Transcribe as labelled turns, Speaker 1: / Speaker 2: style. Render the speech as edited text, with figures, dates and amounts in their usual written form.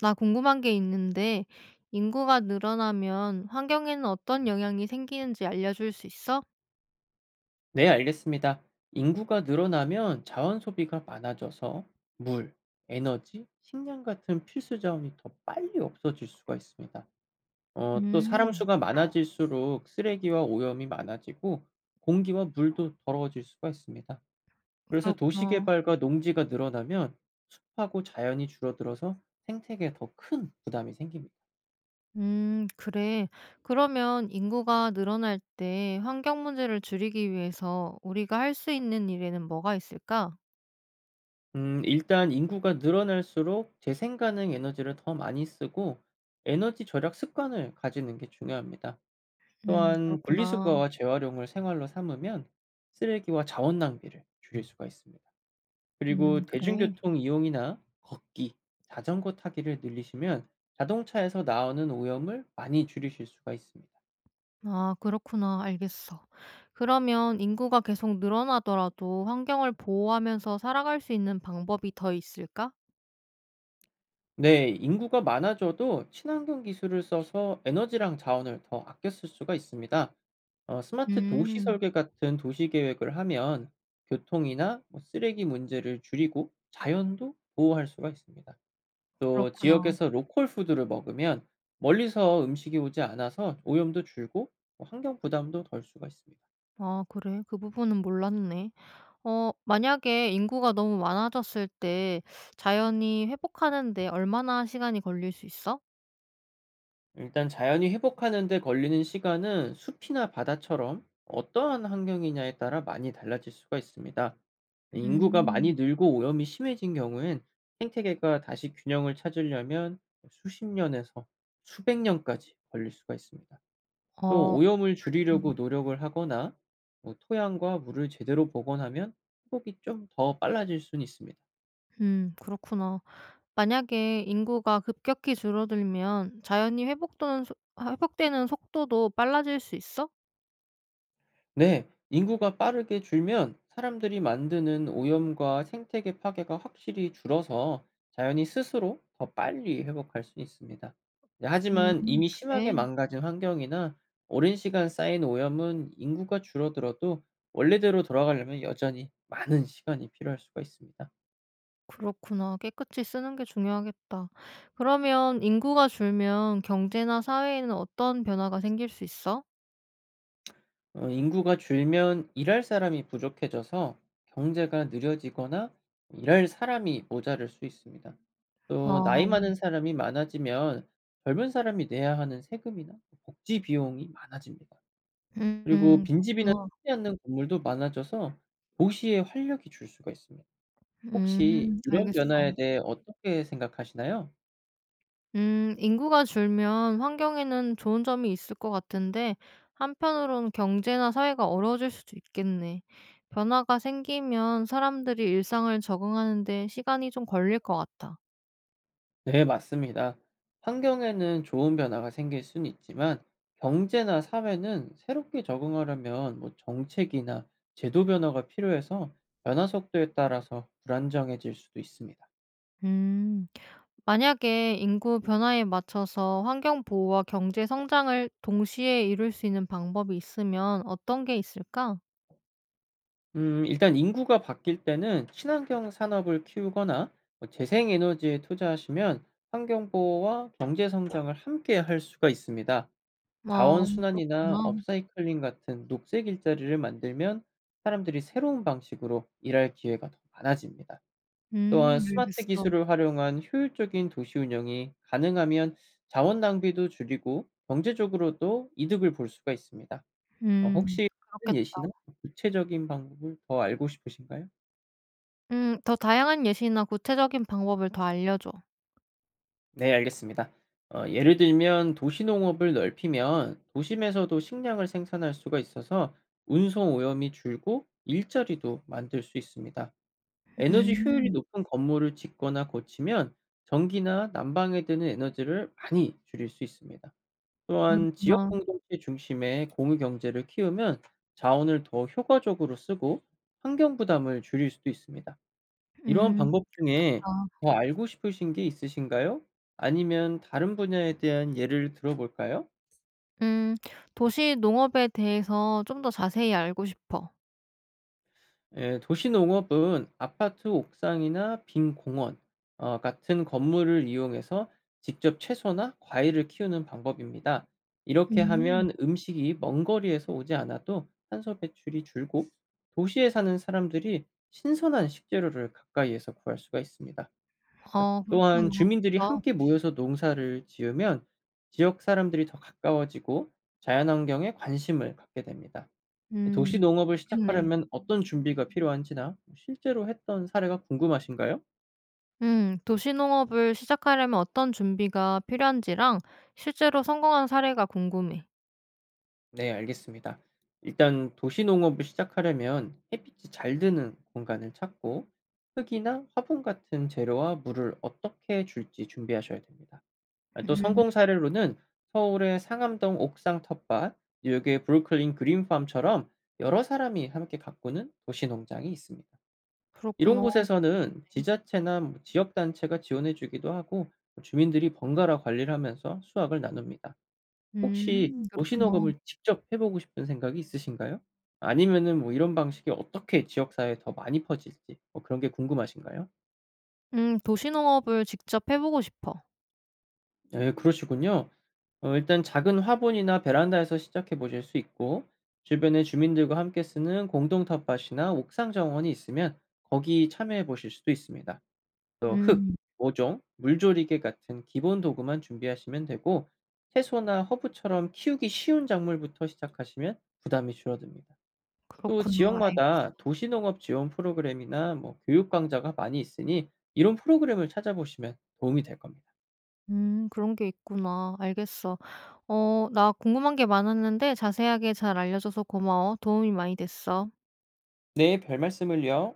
Speaker 1: 나 궁금한 게 있는데, 인구가 늘어나면 환경에는 어떤 영향이 생기는지 알려줄 수 있어?
Speaker 2: 네, 알겠습니다. 인구가 늘어나면 자원 소비가 많아져서 물, 에너지, 식량 같은 필수 자원이 더 빨리 없어질 수가 있습니다. 또 사람
Speaker 1: 음,
Speaker 2: 수가 많아질수록 쓰레기와 오염이 많아지고 공기와 물도 더러워질 수가 있습니다. 그래서 도시
Speaker 1: 그렇구나.
Speaker 2: 개발과 농지가 늘어나면 숲하고 자연이 줄어들어서 생태계에 더 큰 부담이 생깁니다.
Speaker 1: 그래. 그러면 인구가 늘어날 때 환경 문제를 줄이기 위해서 우리가 할 수 있는 일에는 뭐가 있을까?
Speaker 2: 일단 인구가 늘어날수록 재생 가능 에너지를 더 많이 쓰고 에너지 절약 습관을 가지는 게 중요합니다. 또한
Speaker 1: 그렇구나.
Speaker 2: 분리수거와 재활용을 생활로 삼으면 쓰레기와 자원 낭비를 줄일 수가 있습니다. 그리고
Speaker 1: 그래.
Speaker 2: 대중교통 이용이나 걷기, 자전거 타기를 늘리시면 자동차에서 나오는 오염을 많이 줄이실 수가 있습니다.
Speaker 1: 아, 그렇구나. 알겠어. 그러면 인구가 계속 늘어나더라도 환경을 보호하면서 살아갈 수 있는 방법이 더 있을까?
Speaker 2: 네, 인구가 많아져도 친환경 기술을 써서 에너지랑 자원을 더 아껴 쓸 수가 있습니다. 스마트 도시
Speaker 1: 음,
Speaker 2: 설계 같은 도시 계획을 하면 교통이나 뭐 쓰레기 문제를 줄이고 자연도 보호할 수가 있습니다. 또
Speaker 1: 그렇구나.
Speaker 2: 지역에서 로컬 푸드를 먹으면 멀리서 음식이 오지 않아서 오염도 줄고 뭐 환경 부담도 덜 수가 있습니다.
Speaker 1: 아 그래? 그 부분은 몰랐네. 어 만약에 인구가 너무 많아졌을 때 자연이 회복하는 데 얼마나 시간이 걸릴 수 있어?
Speaker 2: 일단 자연이 회복하는 데 걸리는 시간은 숲이나 바다처럼 어떠한 환경이냐에 따라 많이 달라질 수가 있습니다. 인구가 많이
Speaker 1: 음.
Speaker 2: 늘고 오염이 심해진 경우엔 생태계가 다시 균형을 찾으려면 수십 년에서 수백 년까지 걸릴 수가 있습니다. 또
Speaker 1: 어.
Speaker 2: 오염을 줄이려고 노력을 하거나 뭐 토양과 물을 제대로 복원하면 회복이 좀 더 빨라질 수는 있습니다.
Speaker 1: 그렇구나. 만약에 인구가 급격히 줄어들면 자연이 회복되는속 아 회복되는 속도도 빨라질 수 있어?
Speaker 2: 네, 인구가 빠르게 줄면 사람들이 만드는 오염과 생태계 파괴가 확실히 줄어서 자연이 스스로 더 빨리 회복할 수 있습니다. 네, 하지만
Speaker 1: 음
Speaker 2: 이미 심하게
Speaker 1: 그래.
Speaker 2: 망가진 환경이나 오랜 시간 쌓인 오염은 인구가 줄어들어도 원래대로 돌아가려면 여전히 많은 시간이 필요할 수가 있습니다.
Speaker 1: 그렇구나. 깨끗이 쓰는 게 중요하겠다. 그러면 인구가 줄면 경제나 사회에는 어떤 변화가 생길 수 있어?
Speaker 2: 인구가 줄면 일할 사람이 부족해져서 경제가 느려지거나 일할 사람이 모자랄 수 있습니다. 또 나이
Speaker 1: 아.
Speaker 2: 많은 사람이 많아지면 젊은 사람이 내야 하는 세금이나 복지 비용이 많아집니다. 그리고
Speaker 1: 음
Speaker 2: 빈집이나
Speaker 1: 그렇구나.
Speaker 2: 쓰지 않는 건물도 많아져서 도시의 활력이 줄 수가 있습니다. 혹시 이런
Speaker 1: 알겠어.
Speaker 2: 변화에 대해 어떻게 생각하시나요?
Speaker 1: 인구가 줄면 환경에는 좋은 점이 있을 것 같은데 한편으론 경제나 사회가 어려워질 수도 있겠네. 변화가 생기면 사람들이 일상을 적응하는 데 시간이 좀 걸릴 것 같아.
Speaker 2: 네, 맞습니다. 환경에는 좋은 변화가 생길 수는 있지만 경제나 사회는 새롭게 적응하려면 뭐 정책이나 제도 변화가 필요해서 변화 속도에 따라서 불안정해질 수도 있습니다.
Speaker 1: 음. 만약에 인구 변화에 맞춰서 환경 보호와 경제 성장을 동시에 이룰 수 있는 방법이 있으면 어떤 게 있을까?
Speaker 2: 일단 인구가 바뀔 때는 친환경 산업을 키우거나 뭐 재생에너지에 투자하시면 환경 보호와 경제 성장을 함께 할 수가 있습니다.
Speaker 1: 어
Speaker 2: 자원 순환이나
Speaker 1: 그렇구나.
Speaker 2: 업사이클링 같은 녹색 일자리를 만들면 사람들이 새로운 방식으로 일할 기회가 더 많아집니다. 또한 스마트
Speaker 1: 알겠어.
Speaker 2: 기술을 활용한 효율적인 도시 운영이 가능하면 자원 낭비도 줄이고 경제적으로도 이득을 볼 수가 있습니다. 혹시 다른
Speaker 1: 그렇겠다.
Speaker 2: 예시나 구체적인 방법을 더 알고 싶으신가요?
Speaker 1: 음. 더 다양한 예시나 구체적인 방법을 더 알려줘.
Speaker 2: 네, 알겠습니다. 예를 들면 도시 농업을 넓히면 도심에서도 식량을 생산할 수가 있어서 운송 오염이 줄고 일자리도 만들 수 있습니다. 에너지 효율이
Speaker 1: 음.
Speaker 2: 높은 건물을 짓거나 고치면 전기나 난방에 드는 에너지를 많이 줄일 수 있습니다. 또한 지역
Speaker 1: 그렇구나.
Speaker 2: 공동체 중심의 공유 경제를 키우면 자원을 더 효과적으로 쓰고 환경 부담을 줄일 수도 있습니다. 이러한
Speaker 1: 음.
Speaker 2: 방법 중에
Speaker 1: 그렇겠다.
Speaker 2: 더 알고 싶으신 게 있으신가요? 아니면 다른 분야에 대한 예를 들어볼까요?
Speaker 1: 음. 도시 농업에 대해서 좀 더 자세히 알고 싶어.
Speaker 2: 예, 도시농업은 아파트 옥상이나 빈 공원 같은 건물을 이용해서 직접 채소나 과일을 키우는 방법입니다. 이렇게
Speaker 1: 음.
Speaker 2: 하면 음식이 먼 거리에서 오지 않아도 탄소 배출이 줄고 도시에 사는 사람들이 신선한 식재료를 가까이에서 구할 수가 있습니다. 아
Speaker 1: 아
Speaker 2: 또한
Speaker 1: 그렇구나.
Speaker 2: 주민들이
Speaker 1: 좋다.
Speaker 2: 함께 모여서 농사를 지으면 지역 사람들이 더 가까워지고 자연환경에 관심을 갖게 됩니다. 도시
Speaker 1: 음.
Speaker 2: 농업을
Speaker 1: 그렇겠네.
Speaker 2: 시작하려면 어떤 준비가 필요한지나 실제로 했던 사례가 궁금하신가요?
Speaker 1: 음. 도시 농업을 시작하려면 어떤 준비가 필요한지랑 실제로 성공한 사례가 궁금해.
Speaker 2: 네, 알겠습니다. 일단 도시 농업을 시작하려면 햇빛이 잘 드는 공간을 찾고 흙이나 화분 같은 재료와 물을 어떻게 줄지 준비하셔야 됩니다. 아 또
Speaker 1: 음.
Speaker 2: 성공 사례로는 서울의 상암동 옥상 텃밭, 뉴욕의 브루클린 그린팜처럼 여러 사람이 함께 가꾸는 도시 농장이 있습니다. 이런
Speaker 1: 그렇구나.
Speaker 2: 곳에서는 지자체나 뭐 지역 단체가 지원해 주기도 하고 뭐 주민들이 번갈아 관리를 하면서 수확을 나눕니다. 혹시
Speaker 1: 음.
Speaker 2: 도시
Speaker 1: 그렇구나.
Speaker 2: 녹음을 직접 해 보고 싶은 생각이 있으신가요? 아니면은 뭐 이런 방식이 어떻게 지역 사회에 더 많이 퍼질지 뭐 그런 게 궁금하신가요?
Speaker 1: 음. 도시 농업을 직접 해 보고 싶어.
Speaker 2: 네 그러시군요. 어 일단 작은 화분이나 베란다에서 시작해 보실 수 있고 주변에 주민들과 함께 쓰는 공동 텃밭이나 옥상 정원이 있으면 거기 참여해 보실 수도 있습니다. 또 흙,
Speaker 1: 음.
Speaker 2: 모종, 물조리개 같은 기본 도구만 준비하시면 되고 채소나 허브처럼 키우기 쉬운 작물부터 시작하시면 부담이 줄어듭니다. 또
Speaker 1: 그렇구나. 알겠어.
Speaker 2: 지역마다 도시농업 지원 프로그램이나 뭐 교육 강좌가 많이 있으니 이런 프로그램을 찾아보시면 도움이 될 겁니다.
Speaker 1: 그런 게 있구나. 알겠어. 어 나 궁금한 게 많았는데 자세하게 잘 알려줘서 고마워. 도움이 많이 됐어.
Speaker 2: 네, 별말씀을요.